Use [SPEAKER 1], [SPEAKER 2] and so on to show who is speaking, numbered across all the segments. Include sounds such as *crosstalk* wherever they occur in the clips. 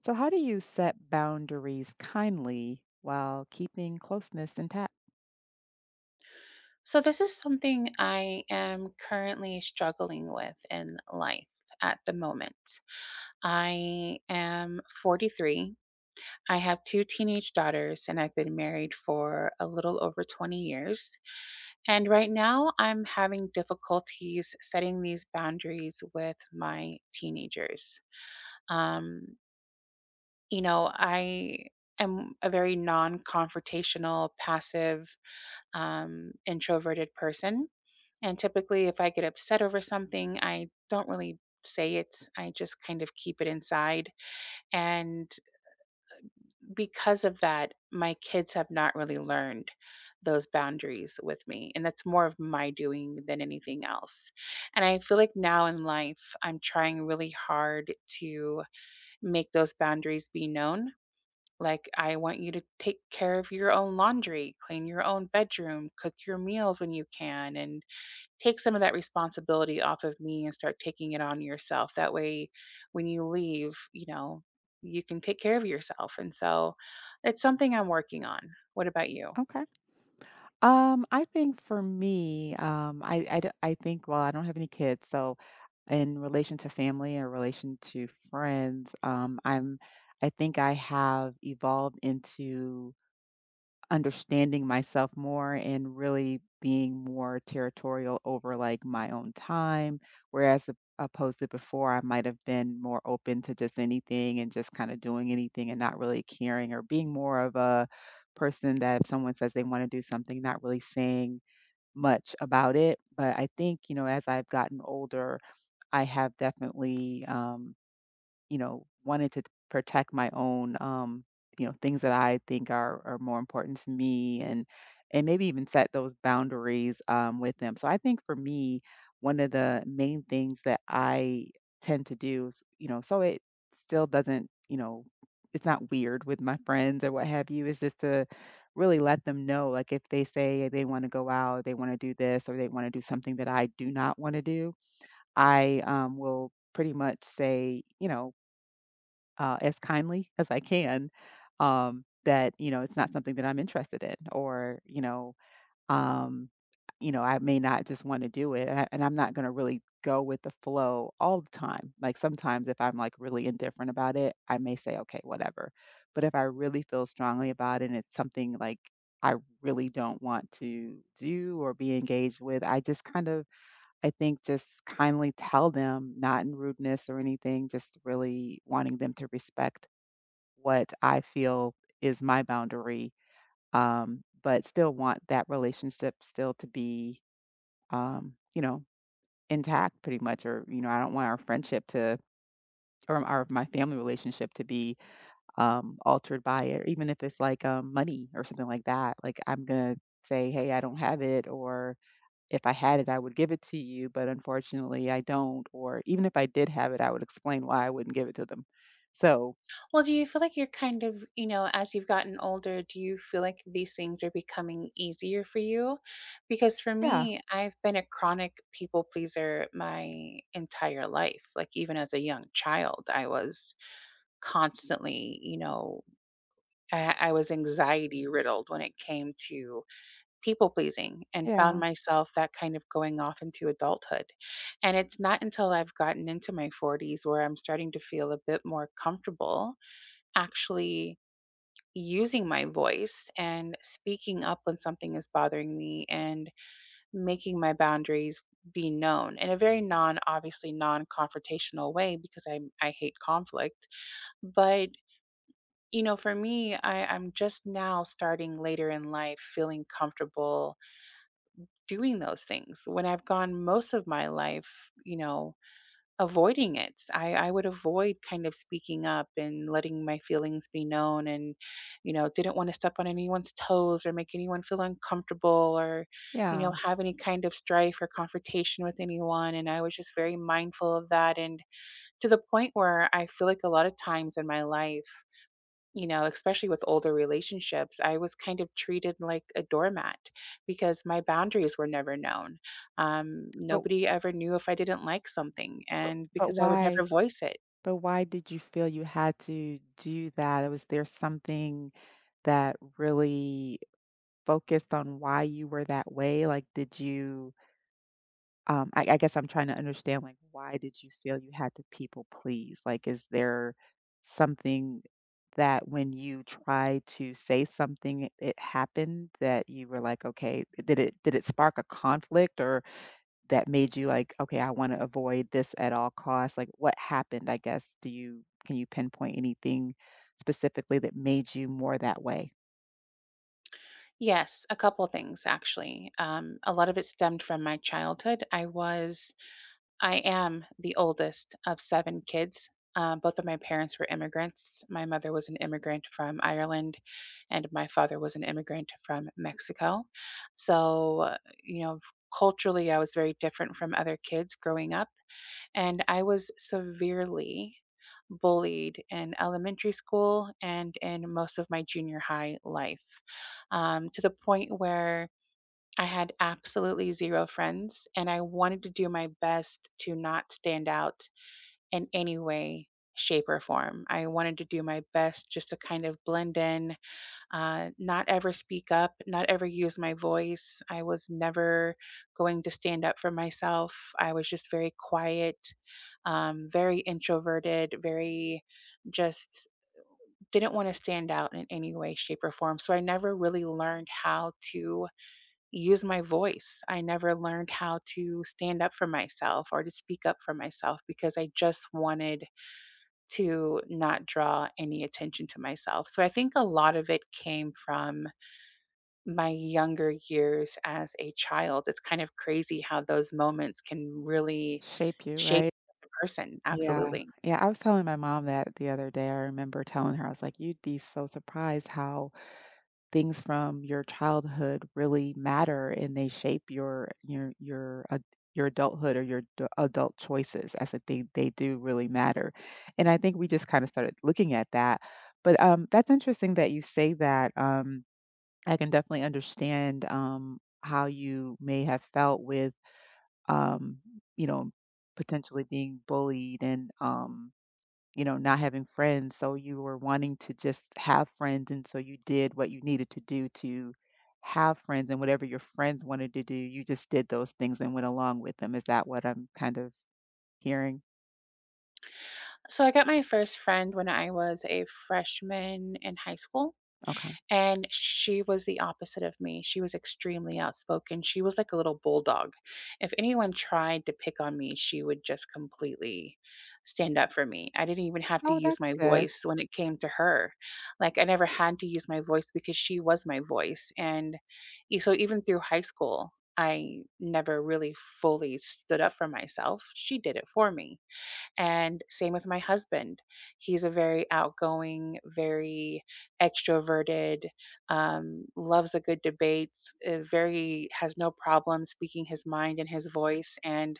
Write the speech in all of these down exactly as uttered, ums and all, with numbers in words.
[SPEAKER 1] So, how do you set boundaries kindly while keeping closeness intact?
[SPEAKER 2] So, this is something I am currently struggling with in life at the moment. I am forty-three. I have two teenage daughters, and I've been married for a little over twenty years. And right now, I'm having difficulties setting these boundaries with my teenagers. Um, you know, I am a very non confrontational, passive, um, introverted person. And typically, if I get upset over something, I don't really say it. I just kind of keep it inside. And because of that, my kids have not really learned those boundaries with me. And that's more of my doing than anything else. And I feel like now in life, I'm trying really hard to make those boundaries be known. Like, I want you to take care of your own laundry, clean your own bedroom, cook your meals when you can, and take some of that responsibility off of me and start taking it on yourself. That way, when you leave, you know, you can take care of yourself. And so it's something I'm working on. What about you?
[SPEAKER 1] Okay. Um, I think for me, um, I, I, d- I think, well, I don't have any kids. So, in relation to family and relation to friends, um, I'm, I think I have evolved into understanding myself more and really being more territorial over, like, my own time, whereas op opposed to before, I might have been more open to just anything and just kinda doing anything and not really caring or being more of a person that if someone says they wanna do something, not really saying much about it. But I think, you know, as I've gotten older, I have definitely, um you know, wanted to protect my own, um, you know, things that I think are are more important to me, and and maybe even set those boundaries um, with them. So I think for me, one of the main things that I tend to do is, you know, so it still doesn't, you know, it's not weird with my friends or what have you, is just to really let them know, like if they say they want to go out, they want to do this, or they want to do something that I do not want to do, I um, will pretty much say, you know, uh, as kindly as I can, um, that you know it's not something that I'm interested in, or you know, um, you know, I may not just want to do it, and, I, and I'm not going to really go with the flow all the time. Like sometimes, if I'm like really indifferent about it, I may say, okay, whatever. But if I really feel strongly about it, and it's something like I really don't want to do or be engaged with, I just kind of I think just kindly tell them, not in rudeness or anything, just really wanting them to respect what I feel is my boundary, um, but still want that relationship still to be, um, you know, intact pretty much. Or, you know, I don't want our friendship to, or our my family relationship to be um, altered by it, or even if it's like um, money or something like that. Like I'm gonna say, hey, I don't have it, or if I had it, I would give it to you, but unfortunately, I don't. Or even if I did have it, I would explain why I wouldn't give it to them. So
[SPEAKER 2] Well, do you feel like you're kind of, you know, as you've gotten older, do you feel like these things are becoming easier for you? Because for
[SPEAKER 1] yeah,
[SPEAKER 2] me, I've been a chronic people pleaser my entire life. Like, even as a young child, I was constantly, you know, I I was anxiety riddled when it came to people pleasing and found
[SPEAKER 1] yeah,
[SPEAKER 2] myself that kind of going off into adulthood. And it's not until I've gotten into my forties where I'm starting to feel a bit more comfortable actually using my voice and speaking up when something is bothering me and making my boundaries be known in a very non obviously non confrontational way because I I hate conflict but you know, for me, I, I'm just now starting later in life feeling comfortable doing those things when I've gone most of my life, you know, avoiding it. I, I would avoid kind of speaking up and letting my feelings be known and, you know, didn't want to step on anyone's toes or make anyone feel uncomfortable or, you know,
[SPEAKER 1] yeah.
[SPEAKER 2] have any kind of strife or confrontation with anyone. And I was just very mindful of that. And to the point where I feel like a lot of times in my life, you know, especially with older relationships, I was kind of treated like a doormat because my boundaries were never known. Um,
[SPEAKER 1] But
[SPEAKER 2] nobody ever knew if I didn't like something,
[SPEAKER 1] But
[SPEAKER 2] and
[SPEAKER 1] but
[SPEAKER 2] because I would never
[SPEAKER 1] why
[SPEAKER 2] voice it.
[SPEAKER 1] but why did you feel you had to do that? Was there something that really focused on why you were that way? Like, did you, um, I, I guess I'm trying to understand, like, why did you feel you had to people please? Like, is there something that when you try to say something, it, it happened that you were like, okay, did it did it spark a conflict or that made you like, "Okay, I wanna avoid this at all costs." Like, what happened, I guess? Do you can you pinpoint anything specifically that made you more that way?
[SPEAKER 2] Yes, a couple things actually. Um, a lot of it stemmed from my childhood. I was I am the oldest of seven kids. Um, both of my parents were immigrants. My mother was an immigrant from Ireland, and my father was an immigrant from Mexico. So, uh, you know, culturally, I was very different from other kids growing up, and I was severely bullied in elementary school and in most of my junior high life, um, to the point where I had absolutely zero friends, and I wanted to do my best to not stand out in any way, shape, or form. I wanted to do my best just to kind of blend in, uh, not ever speak up, not ever use my voice. I was never going to stand up for myself. I was just very quiet, um, very introverted, very just didn't want to stand out in any way, shape, or form. So I never really learned how to use my voice. I never learned how to stand up for myself or to speak up for myself because I just wanted to not draw any attention to myself. So I think a lot of it came from my younger years as a child. It's kind of crazy how those moments can really
[SPEAKER 1] Shape you,
[SPEAKER 2] shape
[SPEAKER 1] right?
[SPEAKER 2] you as a person.
[SPEAKER 1] Yeah.
[SPEAKER 2] Absolutely.
[SPEAKER 1] Yeah, I was telling my mom that the other day. I remember telling her, I was like, "You'd be so surprised how" things from your childhood really matter and they shape your your your ad- your adulthood or your d- adult choices. I said they they do really matter, and I think we just kind of started looking at that. But um, that's interesting that you say that. Um, I can definitely understand um, how you may have felt with um, you know, potentially being bullied and um, you know, not having friends, so you were wanting to just have friends, and so you did what you needed to do to have friends, and whatever your friends wanted to do, you just did those things and went along with them. Is that what I'm kind of hearing?
[SPEAKER 2] So I got my first friend when I was a freshman in high school.
[SPEAKER 1] Okay.
[SPEAKER 2] And she was the opposite of me. She was extremely outspoken. She was like a little bulldog. If anyone tried to pick on me, she would just completely stand up for me. I didn't even have to
[SPEAKER 1] Oh,
[SPEAKER 2] use
[SPEAKER 1] that's
[SPEAKER 2] my
[SPEAKER 1] good.
[SPEAKER 2] voice when it came to her. Like I never had to use my voice because she was my voice. And e- so even through high school, I never really fully stood up for myself. She did it for me. And same with my husband. He's a very outgoing, very extroverted, um, loves a good debate, uh, very has no problem speaking his mind and his voice. And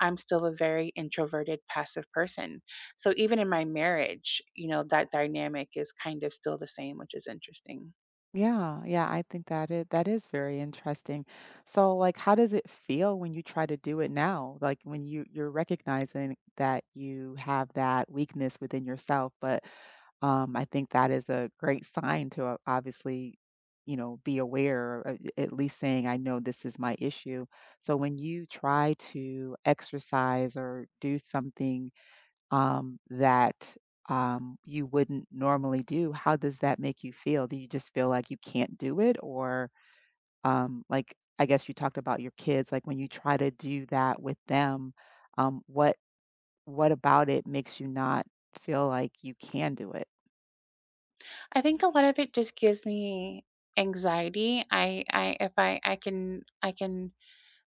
[SPEAKER 2] I'm still a very introverted, passive person. So even in my marriage, you know, that dynamic is kind of still the same, which is interesting.
[SPEAKER 1] Yeah, yeah, I think that is that is very interesting. So, like, how does it feel when you try to do it now? Like when you you're recognizing that you have that weakness within yourself, but um, I think that is a great sign to o obviously, you know, be aware, or at least saying, "I know this is my issue." So when you try to exercise or do something, um, that, um, you wouldn't normally do, how does that make you feel? Do you just feel like you can't do it? Or, um, like, I guess you talked about your kids, like, when you try to do that with them, um, what what about it makes you not feel like you can do it?
[SPEAKER 2] I think a lot of it just gives me anxiety. I, I, if I, I can, I can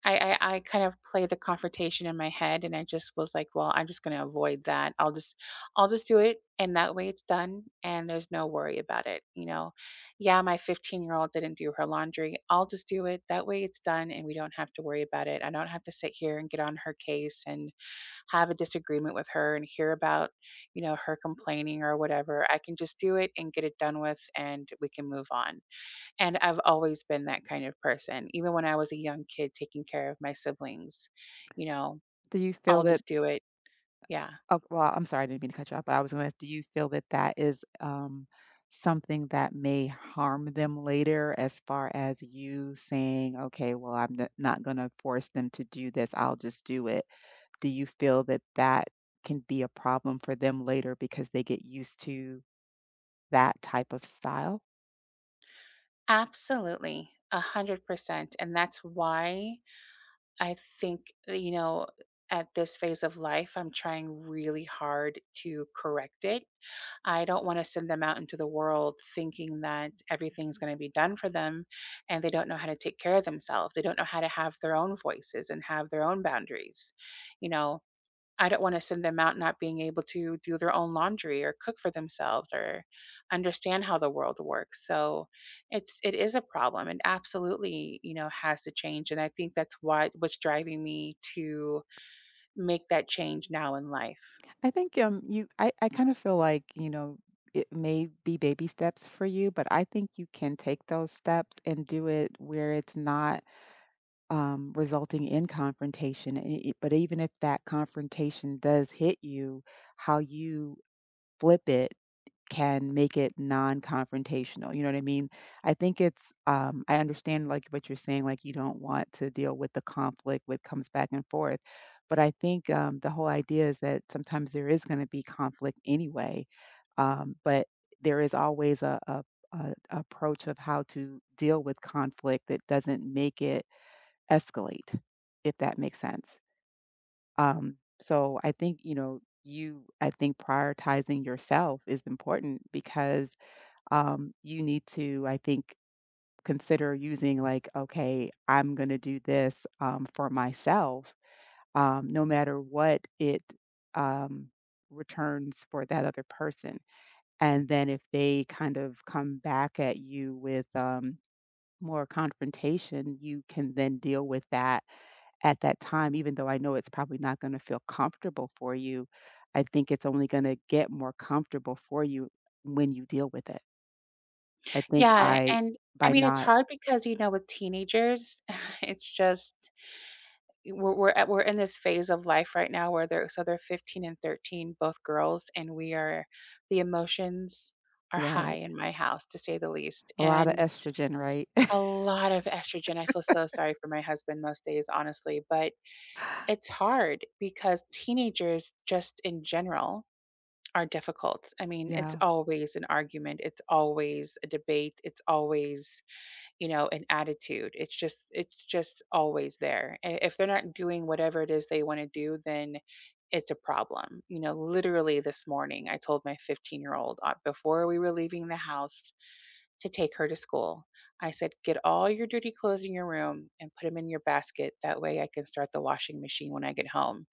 [SPEAKER 2] I I I kind of play the confrontation in my head, and I just was like, "Well, I'm just gonna avoid that. I'll just I'll just do it, and that way it's done, and there's no worry about it." You know, yeah, my fifteen-year-old didn't do her laundry. I'll just do it. That way it's done, and we don't have to worry about it. I don't have to sit here and get on her case and have a disagreement with her and hear about, you know, her complaining or whatever. I can just do it and get it done with, and we can move on. And I've always been that kind of person, even when I was a young kid taking care of my siblings, you know,
[SPEAKER 1] Do you feel
[SPEAKER 2] I'll
[SPEAKER 1] that
[SPEAKER 2] just do it. Yeah,
[SPEAKER 1] oh, well, I'm sorry, I didn't mean to cut you off, but I was gonna ask, do you feel that that is, um, something that may harm them later as far as you saying, "Okay, well, I'm n not gonna force them to do this, I'll just do it." Do you feel that that can be a problem for them later because they get used to that type of style?
[SPEAKER 2] absolutely. A hundred percent. And that's why I think, uh, you know, at this phase of life, I'm trying really hard to correct it. I don't want to send them out into the world thinking that everything's going to be done for them and they don't know how to take care of themselves. They don't know how to have their own voices and have their own boundaries, you know I don't wanna send them out not being able to do their own laundry or cook for themselves or understand how the world works. So it's it is a problem and absolutely, you know, has to change. And I think that's why what's driving me to make that change now in life.
[SPEAKER 1] I think, um, you I I kinda feel like, you know, it may be baby steps for you, but I think you can take those steps and do it where it's not um, resulting in confrontation. I- i- But even if that confrontation does hit you, how you flip it can make it non-confrontational. You know what I mean? I think it's um, I understand like what you're saying, like you don't want to deal with the conflict what comes back and forth. But I think um, the whole idea is that sometimes there is going to be conflict anyway. Um, but there is always a, a, a approach of how to deal with conflict that doesn't make it escalate, if that makes sense. Um, so I think, you know, you, I think prioritizing yourself is important because um, you need to, I think, consider using like, okay, I'm going to do this um, for myself, um, no matter what it um, returns for that other person. And then if they kind of come back at you with um, more confrontation, you can then deal with that at that time, even though I know it's probably not gonna feel comfortable for you, I think it's only gonna get more comfortable for you when you deal with it. I think
[SPEAKER 2] Yeah,
[SPEAKER 1] by
[SPEAKER 2] and I
[SPEAKER 1] by
[SPEAKER 2] mean, it's
[SPEAKER 1] not
[SPEAKER 2] hard because, you know, with teenagers, *sighs* *laughs* it's just We're we're at we're in this phase of life right now where they're so they're fifteen and thirteen, both girls, and we are the emotions are high
[SPEAKER 1] Right.
[SPEAKER 2] in my house, to say the least,
[SPEAKER 1] A lot of
[SPEAKER 2] and
[SPEAKER 1] estrogen, right? *laughs*
[SPEAKER 2] a lot of estrogen. I feel so sorry for my husband most days, honestly, but it's hard because teenagers just in general are difficult. I mean, it's
[SPEAKER 1] Yeah.
[SPEAKER 2] always an argument, it's always a debate, it's always you know, an attitude. It's just it's just always there. I- If they're not doing whatever it is they want to do, then it's a problem. You know, literally this morning I told my fifteen-year-old uh, before we were leaving the house to take her to school. I said, "Get all your dirty clothes in your room and put them in your basket. That way I can start the washing machine when I get home."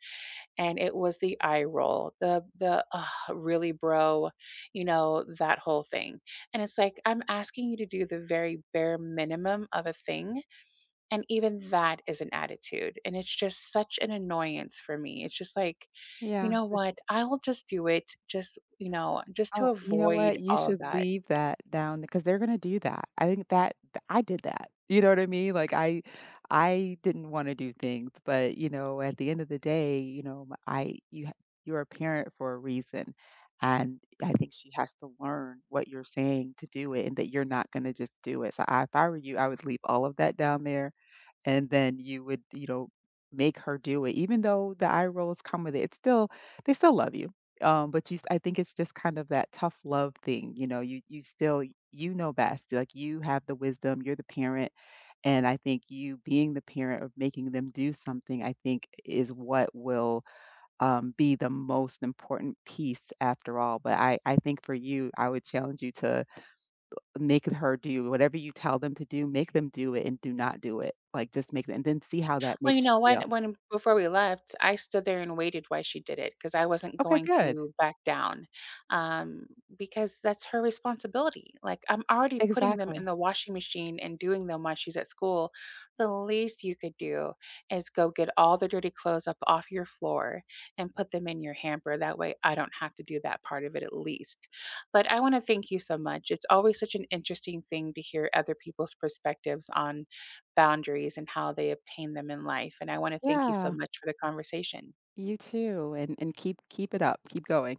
[SPEAKER 2] And it was the eye roll, the the, "Ugh, really, bro?" You know, that whole thing, and it's like, I'm asking you to do the very bare minimum of a thing, and even that is an attitude, and it's just such an annoyance for me. It's just like, "You
[SPEAKER 1] Yeah.
[SPEAKER 2] know what? I will just do it just" you know, just to
[SPEAKER 1] Oh, you know what?
[SPEAKER 2] avoid
[SPEAKER 1] You
[SPEAKER 2] all of
[SPEAKER 1] should
[SPEAKER 2] that.
[SPEAKER 1] leave that down because they're gonna do that. I think that th- I did that. You know what I mean? Like I, I didn't want to do things, but you know, at the end of the day, you know, m- I you ha- you're a parent for a reason, and I think she has to learn what you're saying to do it, and that you're not gonna just do it. So I, if I were you, I would leave all of that down there and then you would, you know, make her do it. Even though the eye rolls come with it, it's still they still love you. Um, but you I think it's just kind of that tough love thing, you know, you you still you know best. Like you have the wisdom, you're the parent. And I think you being the parent of making them do something, I think is what will um, be the most important piece after all. But I, I think for you, I would challenge you to make her do whatever you tell them to do, make them do it and do not do it. Like, just make them and then see how that
[SPEAKER 2] Well, you
[SPEAKER 1] makes you
[SPEAKER 2] know
[SPEAKER 1] feel.
[SPEAKER 2] what? When before we left, I stood there and waited while she did it because I wasn't
[SPEAKER 1] Okay,
[SPEAKER 2] going
[SPEAKER 1] good.
[SPEAKER 2] to back down, um, because that's her responsibility. Like, I'm already putting them in
[SPEAKER 1] Exactly.
[SPEAKER 2] the washing machine and doing them while she's at school. The least you could do is go get all the dirty clothes up off your floor and put them in your hamper. That way, I don't have to do that part of it at least. But I wanna thank you so much. It's always such an interesting thing to hear other people's perspectives on boundaries and how they obtain them in life, and I wanna thank you so
[SPEAKER 1] Yeah,
[SPEAKER 2] much for the conversation.
[SPEAKER 1] you too, and and keep keep it up, keep going.